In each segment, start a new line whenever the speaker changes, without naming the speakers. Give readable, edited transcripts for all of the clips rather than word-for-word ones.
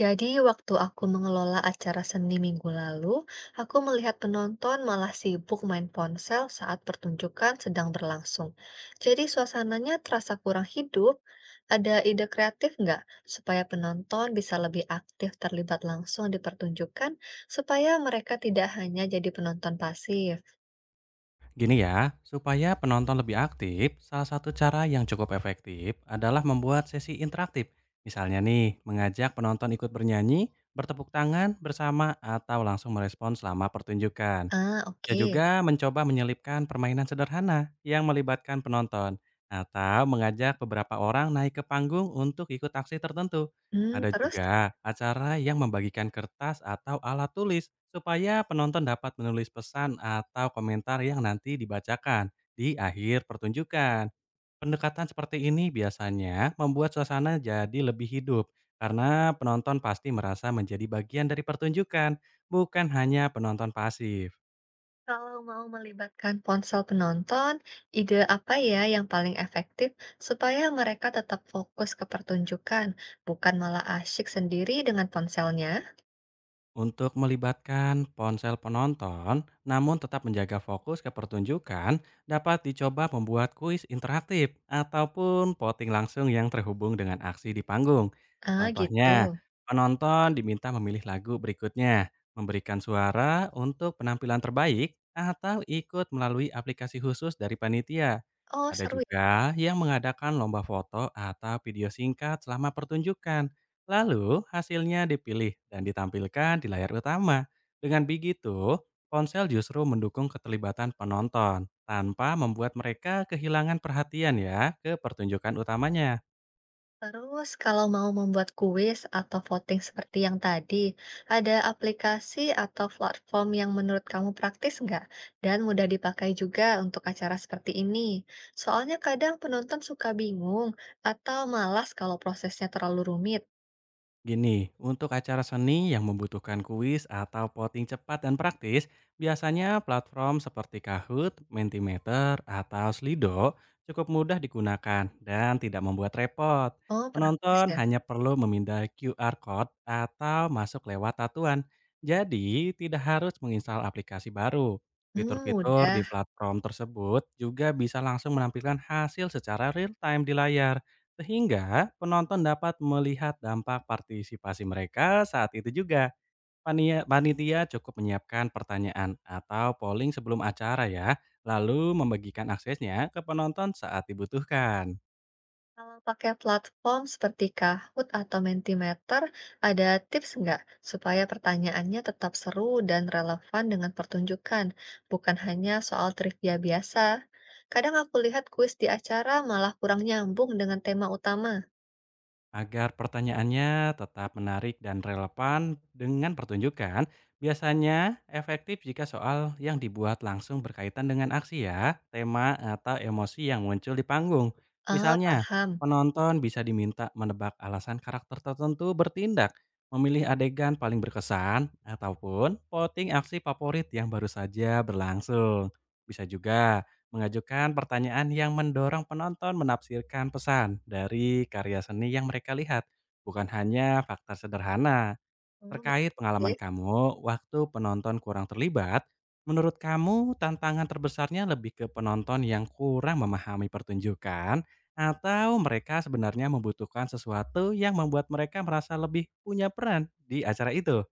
Jadi, waktu aku mengelola acara seni minggu lalu, aku melihat penonton malah sibuk main ponsel saat pertunjukan sedang berlangsung. Jadi, suasananya terasa kurang hidup. Ada ide kreatif nggak supaya penonton bisa lebih aktif terlibat langsung di pertunjukan, supaya mereka tidak hanya jadi penonton pasif?
Gini ya, supaya penonton lebih aktif, salah satu cara yang cukup efektif adalah membuat sesi interaktif. Misalnya nih, mengajak penonton ikut bernyanyi, bertepuk tangan bersama, atau langsung merespon selama pertunjukan.
Ah,
Dia
oke.
juga mencoba menyelipkan permainan sederhana yang melibatkan penonton atau mengajak beberapa orang naik ke panggung untuk ikut aksi tertentu.
Hmm,
Ada
terus?
juga acara yang membagikan kertas atau alat tulis supaya penonton dapat menulis pesan atau komentar yang nanti dibacakan di akhir pertunjukan. Pendekatan seperti ini biasanya membuat suasana jadi lebih hidup karena penonton pasti merasa menjadi bagian dari pertunjukan, bukan hanya penonton pasif.
Kalau mau melibatkan ponsel penonton, ide apa ya yang paling efektif supaya mereka tetap fokus ke pertunjukan, bukan malah asyik sendiri dengan ponselnya?
Untuk melibatkan ponsel penonton, namun tetap menjaga fokus ke pertunjukan, dapat dicoba membuat kuis interaktif ataupun voting langsung yang terhubung dengan aksi di panggung.
Ah,
Contohnya,
gitu.
penonton diminta memilih lagu berikutnya, memberikan suara untuk penampilan terbaik, atau ikut melalui aplikasi khusus dari panitia.
Oh,
Ada
seru ya.
juga yang mengadakan lomba foto atau video singkat selama pertunjukan. Lalu, hasilnya dipilih dan ditampilkan di layar utama. Dengan begitu, ponsel justru mendukung keterlibatan penonton tanpa membuat mereka kehilangan perhatian ya ke pertunjukan utamanya.
Terus, kalau mau membuat kuis atau voting seperti yang tadi, ada aplikasi atau platform yang menurut kamu praktis nggak? Dan mudah dipakai juga untuk acara seperti ini. Soalnya kadang penonton suka bingung atau malas kalau prosesnya terlalu rumit.
Gini, untuk acara seni yang membutuhkan kuis atau voting cepat dan praktis, biasanya platform seperti Kahoot, Mentimeter, atau Slido cukup mudah digunakan dan tidak membuat repot.
Oh, praktis
Penonton
ya.
hanya perlu memindai QR code atau masuk lewat tatuan. Jadi, tidak harus menginstal aplikasi baru.
Hmm,
Fitur-fitur di
mudah.
platform tersebut juga bisa langsung menampilkan hasil secara real time di layar, sehingga penonton dapat melihat dampak partisipasi mereka saat itu juga. Panitia cukup menyiapkan pertanyaan atau polling sebelum acara ya, lalu membagikan aksesnya ke penonton saat dibutuhkan.
Kalau pakai platform seperti Kahoot atau Mentimeter, ada tips nggak supaya pertanyaannya tetap seru dan relevan dengan pertunjukan, bukan hanya soal trivia biasa? Kadang aku lihat kuis di acara malah kurang nyambung dengan tema utama.
Agar pertanyaannya tetap menarik dan relevan dengan pertunjukan, biasanya efektif jika soal yang dibuat langsung berkaitan dengan aksi ya, tema atau emosi yang muncul di panggung.
Ah,
Misalnya,
paham.
penonton bisa diminta menebak alasan karakter tertentu bertindak, memilih adegan paling berkesan, ataupun voting aksi favorit yang baru saja berlangsung. Bisa juga mengajukan pertanyaan yang mendorong penonton menafsirkan pesan dari karya seni yang mereka lihat, bukan hanya fakta sederhana.
Oh,
Terkait pengalaman
bagus.
kamu waktu penonton kurang terlibat, menurut kamu tantangan terbesarnya lebih ke penonton yang kurang memahami pertunjukan atau mereka sebenarnya membutuhkan sesuatu yang membuat mereka merasa lebih punya peran di acara itu?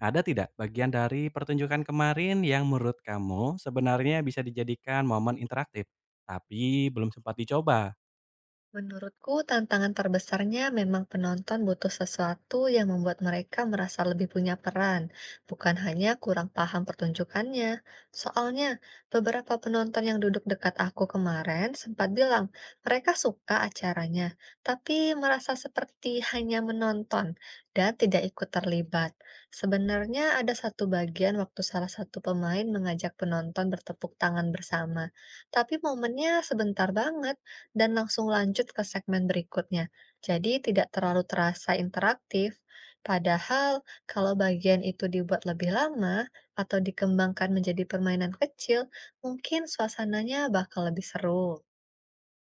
Ada tidak bagian dari pertunjukan kemarin yang menurut kamu sebenarnya bisa dijadikan momen interaktif, tapi belum sempat dicoba?
Menurutku, tantangan terbesarnya memang penonton butuh sesuatu yang membuat mereka merasa lebih punya peran, bukan hanya kurang paham pertunjukannya. Soalnya, beberapa penonton yang duduk dekat aku kemarin sempat bilang mereka suka acaranya, tapi merasa seperti hanya menonton dan tidak ikut terlibat. Sebenarnya ada satu bagian waktu salah satu pemain mengajak penonton bertepuk tangan bersama, tapi momennya sebentar banget dan langsung lanjut ke segmen berikutnya. Jadi tidak terlalu terasa interaktif. Padahal kalau bagian itu dibuat lebih lama atau dikembangkan menjadi permainan kecil, mungkin suasananya bakal lebih seru.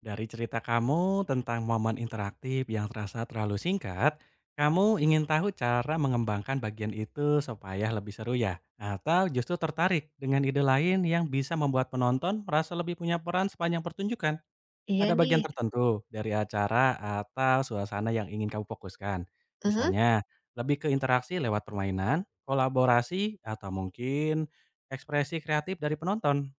Dari cerita kamu tentang momen interaktif yang terasa terlalu singkat, kamu ingin tahu cara mengembangkan bagian itu supaya lebih seru ya? Atau justru tertarik dengan ide lain yang bisa membuat penonton merasa lebih punya peran sepanjang pertunjukan?
Iya
Ada bagian
nih.
tertentu dari acara atau suasana yang ingin kamu fokuskan?
Mhm.
Misalnya, lebih ke interaksi lewat permainan, kolaborasi, atau mungkin ekspresi kreatif dari penonton?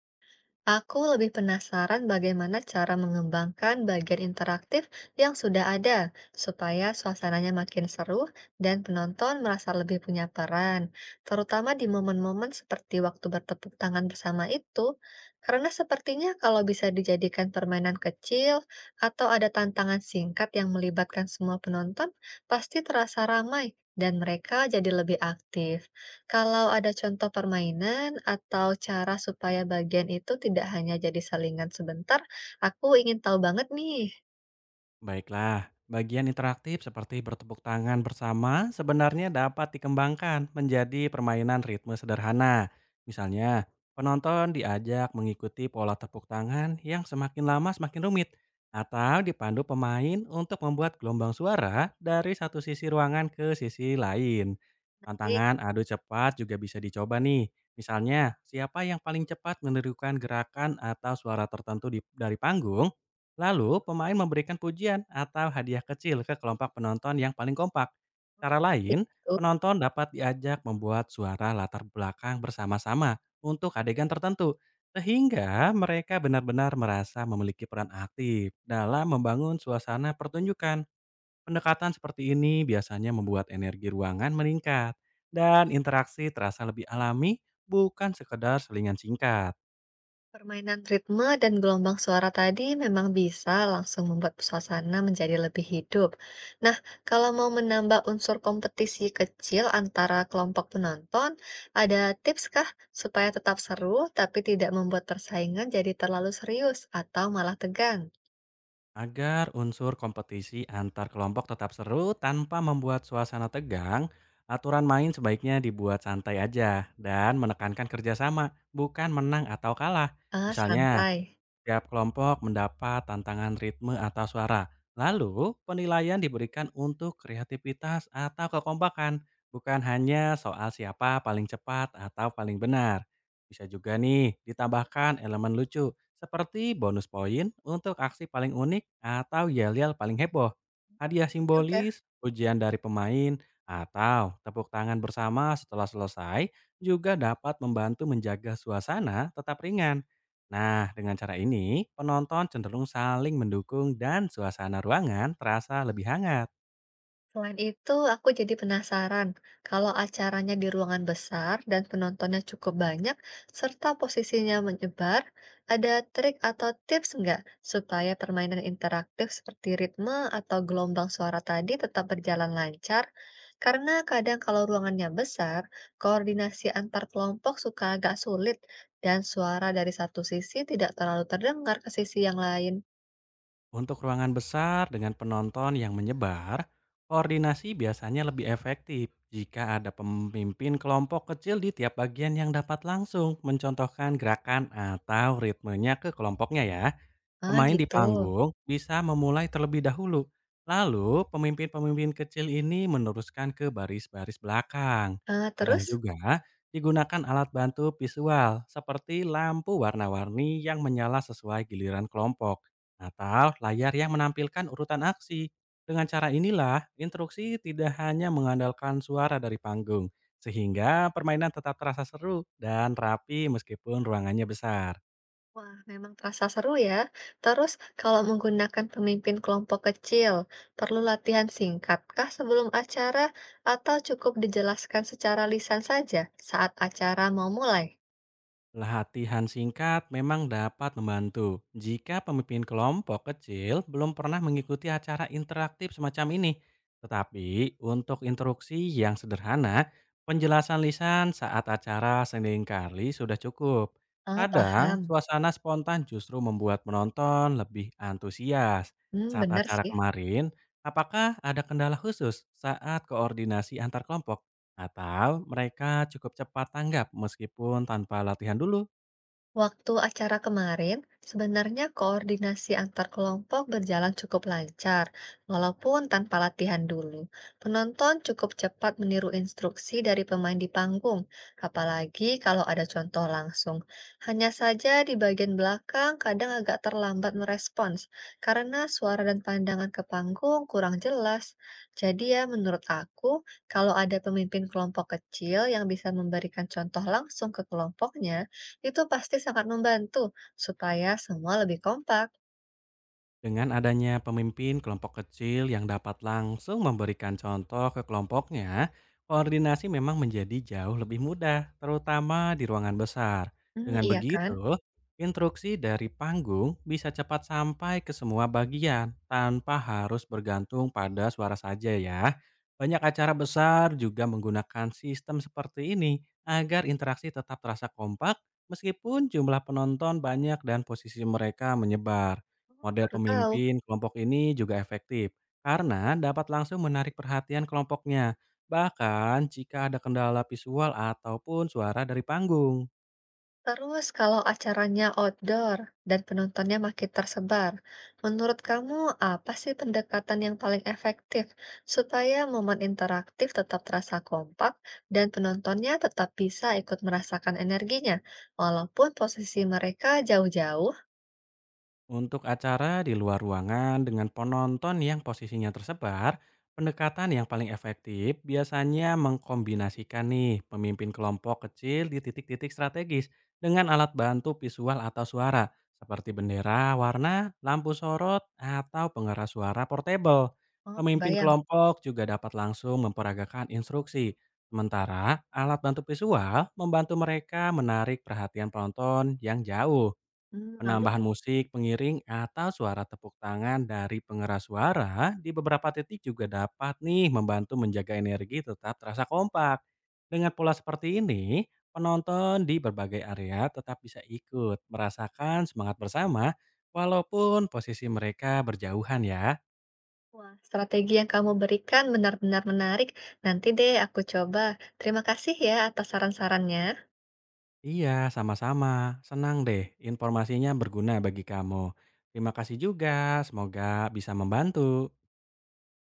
Aku lebih penasaran bagaimana cara mengembangkan bagian interaktif yang sudah ada, supaya suasananya makin seru dan penonton merasa lebih punya peran, terutama di momen-momen seperti waktu bertepuk tangan bersama itu, karena sepertinya kalau bisa dijadikan permainan kecil atau ada tantangan singkat yang melibatkan semua penonton, pasti terasa ramai dan mereka jadi lebih aktif. Kalau ada contoh permainan atau cara supaya bagian itu tidak hanya jadi salingan sebentar, aku ingin tahu banget nih.
Baiklah, bagian interaktif seperti bertepuk tangan bersama sebenarnya dapat dikembangkan menjadi permainan ritme sederhana. Misalnya, penonton diajak mengikuti pola tepuk tangan yang semakin lama semakin rumit, atau dipandu pemain untuk membuat gelombang suara dari satu sisi ruangan ke sisi lain.
Tapi
Tantangan adu cepat juga bisa dicoba nih. Misalnya, siapa yang paling cepat menirukan gerakan atau suara tertentu dari panggung. Lalu, pemain memberikan pujian atau hadiah kecil ke kelompok penonton yang paling kompak.
kalau
Cara
seperti
lain,
itu,
penonton dapat diajak membuat suara latar belakang bersama-sama untuk adegan tertentu, sehingga mereka benar-benar merasa memiliki peran aktif dalam membangun suasana pertunjukan. Pendekatan seperti ini biasanya membuat energi ruangan meningkat, dan interaksi terasa lebih alami, bukan sekedar selingan singkat.
permainan ritme dan gelombang suara tadi memang bisa langsung membuat suasana menjadi lebih hidup. Nah, kalau mau menambah unsur kompetisi kecil antara kelompok penonton, ada tips kah supaya tetap seru tapi tidak membuat persaingan jadi terlalu serius atau malah tegang?
Agar unsur kompetisi antar kelompok tetap seru tanpa membuat suasana tegang, aturan main sebaiknya dibuat santai aja dan menekankan kerjasama, bukan menang atau kalah.
Ah,
Misalnya,
santai.
tiap kelompok mendapat tantangan ritme atau suara. Lalu, penilaian diberikan untuk kreativitas atau kekompakan, bukan hanya soal siapa paling cepat atau paling benar. Bisa juga nih ditambahkan elemen lucu, seperti bonus poin untuk aksi paling unik atau yel-yel paling heboh, hadiah
Juga.
simbolis, ujian dari pemain, atau tepuk tangan bersama setelah selesai juga dapat membantu menjaga suasana tetap ringan. Nah, dengan cara ini, penonton cenderung saling mendukung dan suasana ruangan terasa lebih hangat.
Selain itu, aku jadi penasaran kalau acaranya di ruangan besar dan penontonnya cukup banyak, serta posisinya menyebar, ada trik atau tips nggak supaya permainan interaktif seperti ritme atau gelombang suara tadi tetap berjalan lancar? Karena kadang kalau ruangannya besar, koordinasi antar kelompok suka agak sulit dan suara dari satu sisi tidak terlalu terdengar ke sisi yang lain.
Untuk ruangan besar dengan penonton yang menyebar, koordinasi biasanya lebih efektif jika ada pemimpin kelompok kecil di tiap bagian yang dapat langsung mencontohkan gerakan atau ritmenya ke kelompoknya ya.
Ah,
Pemain di
gitu.
panggung bisa memulai terlebih dahulu, lalu pemimpin-pemimpin kecil ini meneruskan ke baris-baris belakang.
Ah,
Kadang
terus?
juga digunakan alat bantu visual seperti lampu warna-warni yang menyala sesuai giliran kelompok atau layar yang menampilkan urutan aksi. Dengan cara inilah, instruksi tidak hanya mengandalkan suara dari panggung, sehingga permainan tetap terasa seru dan rapi meskipun ruangannya besar.
Wah, memang terasa seru ya. Terus, kalau menggunakan pemimpin kelompok kecil, perlu latihan singkatkah sebelum acara atau cukup dijelaskan secara lisan saja saat acara mau mulai?
Latihan singkat memang dapat membantu jika pemimpin kelompok kecil belum pernah mengikuti acara interaktif semacam ini. Tetapi untuk instruksi yang sederhana, penjelasan lisan saat acara seringkali sudah cukup.
Oh,
Kadang
paham.
suasana spontan justru membuat penonton lebih antusias.
Hmm,
Saat
bener
acara
sih.
kemarin, apakah ada kendala khusus saat koordinasi antar kelompok? Atau mereka cukup cepat tanggap meskipun tanpa latihan dulu?
Waktu acara kemarin, sebenarnya koordinasi antar kelompok berjalan cukup lancar, walaupun tanpa latihan dulu. Penonton cukup cepat meniru instruksi dari pemain di panggung, apalagi kalau ada contoh langsung. Hanya saja di bagian belakang kadang agak terlambat merespons, karena suara dan pandangan ke panggung kurang jelas. Jadi ya, menurut aku, kalau ada pemimpin kelompok kecil yang bisa memberikan contoh langsung ke kelompoknya, itu pasti sangat membantu supaya semua lebih kompak.
Dengan adanya pemimpin kelompok kecil yang dapat langsung memberikan contoh ke kelompoknya, koordinasi memang menjadi jauh lebih mudah, terutama di ruangan besar.
Hmm,
Dengan
iya kan?
begitu, instruksi dari panggung bisa cepat sampai ke semua bagian tanpa harus bergantung pada suara saja ya. Banyak acara besar juga menggunakan sistem seperti ini agar interaksi tetap terasa kompak meskipun jumlah penonton banyak dan posisi mereka menyebar. Model
Baru tahu.
pemimpin kelompok ini juga efektif karena dapat langsung menarik perhatian kelompoknya, bahkan jika ada kendala visual ataupun suara dari panggung.
Terus kalau acaranya outdoor dan penontonnya makin tersebar, menurut kamu apa sih pendekatan yang paling efektif supaya momen interaktif tetap terasa kompak dan penontonnya tetap bisa ikut merasakan energinya, walaupun posisi mereka jauh-jauh?
Untuk acara di luar ruangan dengan penonton yang posisinya tersebar, pendekatan yang paling efektif biasanya mengkombinasikan nih pemimpin kelompok kecil di titik-titik strategis dengan alat bantu visual atau suara seperti bendera, warna, lampu sorot, atau pengeras suara portable.
Oh,
Pemimpin
kebayang.
kelompok juga dapat langsung memperagakan instruksi. Sementara alat bantu visual membantu mereka menarik perhatian penonton yang jauh.
Hmm. Lalu,
Penambahan musik, pengiring, atau suara tepuk tangan dari pengeras suara di beberapa titik juga dapat nih membantu menjaga energi tetap terasa kompak. Dengan pola seperti ini, penonton di berbagai area tetap bisa ikut merasakan semangat bersama walaupun posisi mereka berjauhan ya.
wah, strategi yang kamu berikan benar-benar menarik. Nanti deh aku coba. Terima kasih ya atas saran-sarannya.
Iya, sama-sama. Senang deh informasinya berguna bagi kamu. Terima kasih juga, semoga bisa membantu.